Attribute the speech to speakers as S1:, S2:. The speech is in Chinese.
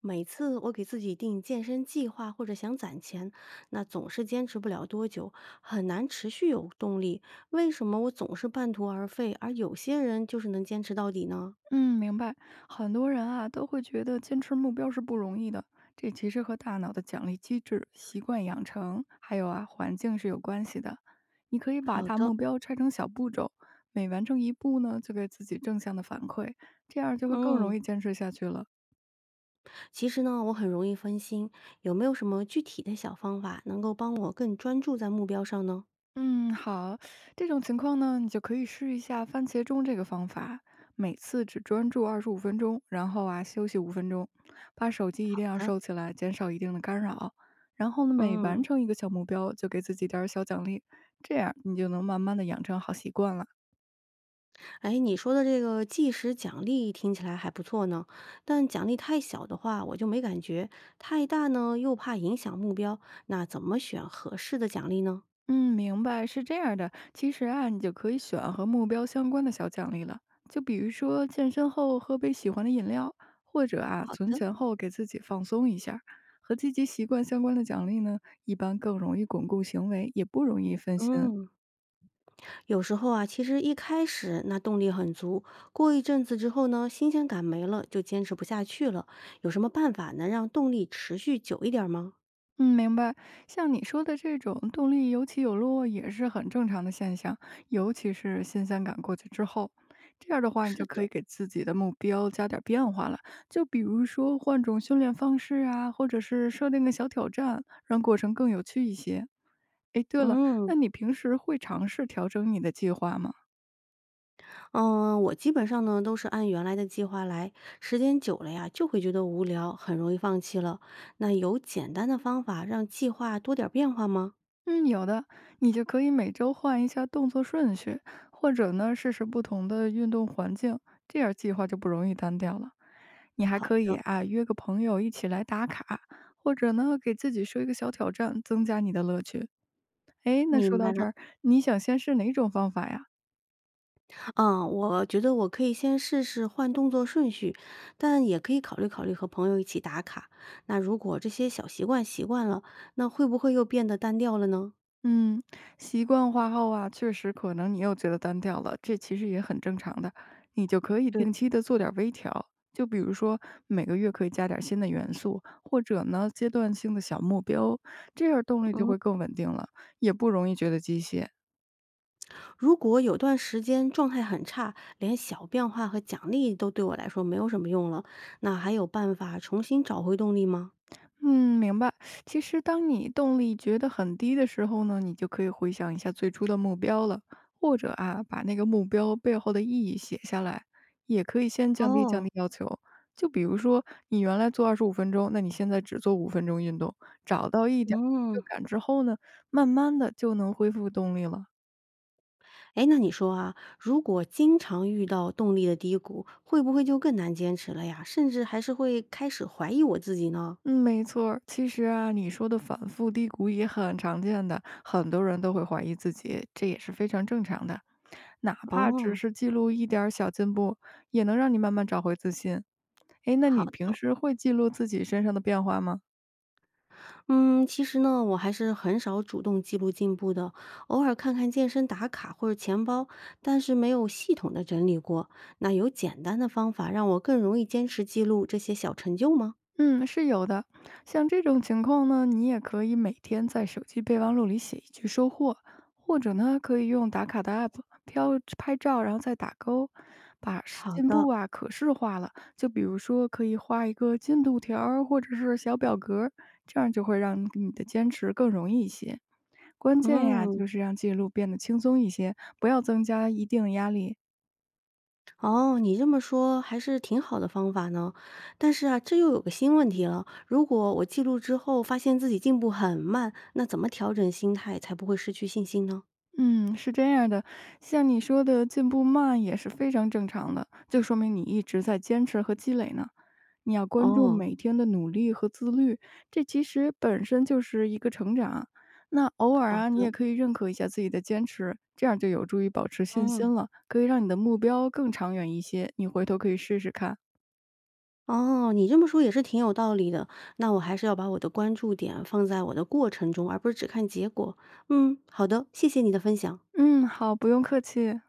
S1: 每次我给自己定健身计划或者想攒钱，那总是坚持不了多久，很难持续有动力。为什么我总是半途而废，而有些人就是能坚持到底呢？
S2: 嗯，明白。很多人啊都会觉得坚持目标是不容易的，这其实和大脑的奖励机制、习惯养成，还有啊环境是有关系的。你可以把
S1: 好
S2: 大
S1: 的。
S2: 目标拆成小步骤，每完成一步呢，就给自己正向的反馈，这样就会更容
S1: 嗯，
S2: 易坚持下去了。
S1: 其实呢，我很容易分心，有没有什么具体的小方法能够帮我更专注在目标上呢？
S2: 嗯，好，这种情况呢，你就可以试一下番茄钟这个方法，每次只专注二十五分钟，然后啊休息五分钟，把手机一
S1: 好
S2: 定要
S1: 的。
S2: 收起来，减少一定的干扰。然后呢，每完
S1: 嗯。
S2: 成一个小目标，就给自己点儿小奖励，这样你就能慢慢的养成好习惯了。
S1: 哎，你说的这个计时奖励听起来还不错呢，但奖励太小的话我就没感觉，太大呢又怕影响目标，那怎么选合适的奖励呢？
S2: 嗯，明白，是这样的。其实啊，你就可以选和目标相关的小奖励了，就比如说健身后喝杯喜欢的饮料，或者啊，
S1: 好
S2: 存
S1: 的。
S2: 钱后给自己放松一下。和积极习惯相关的奖励呢，一般更容易巩固行为，也不容易分心。
S1: 嗯，有时候啊，其实一开始那动力很足，过一阵子之后呢，新鲜感没了，就坚持不下去了。有什么办法能让动力持续久一点儿吗？
S2: 嗯，明白。像你说的这种动力有起有落也是很正常的现象，尤其是新鲜感过去之后，这样的话你
S1: 是
S2: 就可
S1: 的。
S2: 以给自己的目标加点儿变化了。就比如说换种训练方式啊，或者是设定个小挑战，让过程更有趣一些。诶，对了，
S1: 嗯。
S2: 那你平时会尝试调整你的计划吗？
S1: 嗯，我基本上呢都是按原来的计划来，时间久了呀就会觉得无聊，很容易放弃了。那有简单的方法让计划多点儿变化吗？
S2: 嗯，有的，你就可以每周换一下动作顺序，或者呢试试不同的运动环境，这样计划就不容易单调了。你还
S1: 好
S2: 可以
S1: 的，
S2: 啊，约个朋友一起来打卡，或者呢，给自己设一个小挑战，增加你的乐趣。哎，那
S1: 明
S2: 说
S1: 白
S2: 到这
S1: 了。
S2: 儿，你想先试哪种方法呀？
S1: 嗯，我觉得我可以先试试换动作顺序，但也可以考虑考虑和朋友一起打卡。那如果这些小习惯习惯了，那会不会又变得单调了呢？
S2: 嗯，习惯化后啊，确实可能你又觉得单调了，这其实也很正常的。你就可以
S1: 对。
S2: 定期的做点儿微调，就比如说每个月可以加点儿新的元素，或者呢阶段性的小目标，这样动力就
S1: 嗯。
S2: 会更稳定了，也不容易觉得机械。
S1: 如果有段时间状态很差，连小变化和奖励都对我来说没有什么用了，那还有办法重新找回动力吗？
S2: 嗯，明白。其实当你动力觉得很低的时候呢，你就可以回想一下最初的目标了，或者啊，把那个目标背后的意义写下来，也可以先降低降
S1: 哦。
S2: 低要求。就比如说，你原来做二十五分钟，那你现在只做五分钟运动，找到一点儿
S1: 嗯，
S2: 成就感之后呢，慢慢的就能恢复动力了。
S1: 哎，那你说啊，如果经常遇到动力的低谷，会不会就更难坚持了呀？甚至还是会开始怀疑我自己呢？
S2: 嗯，没错儿其实啊，你说的反复低谷也很常见的，很多人都会怀疑自己，这也是非常正常的。哪怕只
S1: 哦，
S2: 是记录一点儿小进步，也能让你慢慢找回自信。诶，那你平
S1: 好。
S2: 时会记录自己身上的变化吗？
S1: 嗯，其实呢，我还是很少主动记录进步的，偶尔看看健身打卡或者钱包，但是没有系统的整理过。那有简单的方法让我更容易坚持记录这些小成就吗？
S2: 嗯，是有的。像这种情况呢，你也可以每天在手机备忘录里写一句收获，或者呢，可以用打卡的 app 飘拍照，然后再打勾，把是
S1: 好
S2: 进
S1: 的。
S2: 步啊可视化了。就比如说，可以画一个进度条儿或者是小表格儿这样就会让你的坚持更容易一些。关键呀，
S1: 嗯，
S2: 就是让记录变得轻松一些，不要增加一定压力。
S1: 哦，你这么说还是挺好的方法呢。但是啊，这又有个新问题了，如果我记录之后发现自己进步很慢，那怎么调整心态才不会失去信心呢？
S2: 嗯，是这样的，像你说的进步慢也是非常正常的，就说明你一直在坚持和积累呢。你要关注
S1: 哦，
S2: 每天的努力和自律，这其实本身就是一个成长。那偶尔
S1: 好
S2: 啊，你也
S1: 的。
S2: 可以认可一下自己的坚持，这样就有助于保持信
S1: 嗯。
S2: 心了，可以让你的目标更长远一些。你回头可以试试看。
S1: 哦，你这么说也是挺有道理的。那我还是要把我的关注点放在我的过程中，而不是只看结果。嗯，好的，谢谢你的分享。
S2: 嗯，好，不用客气。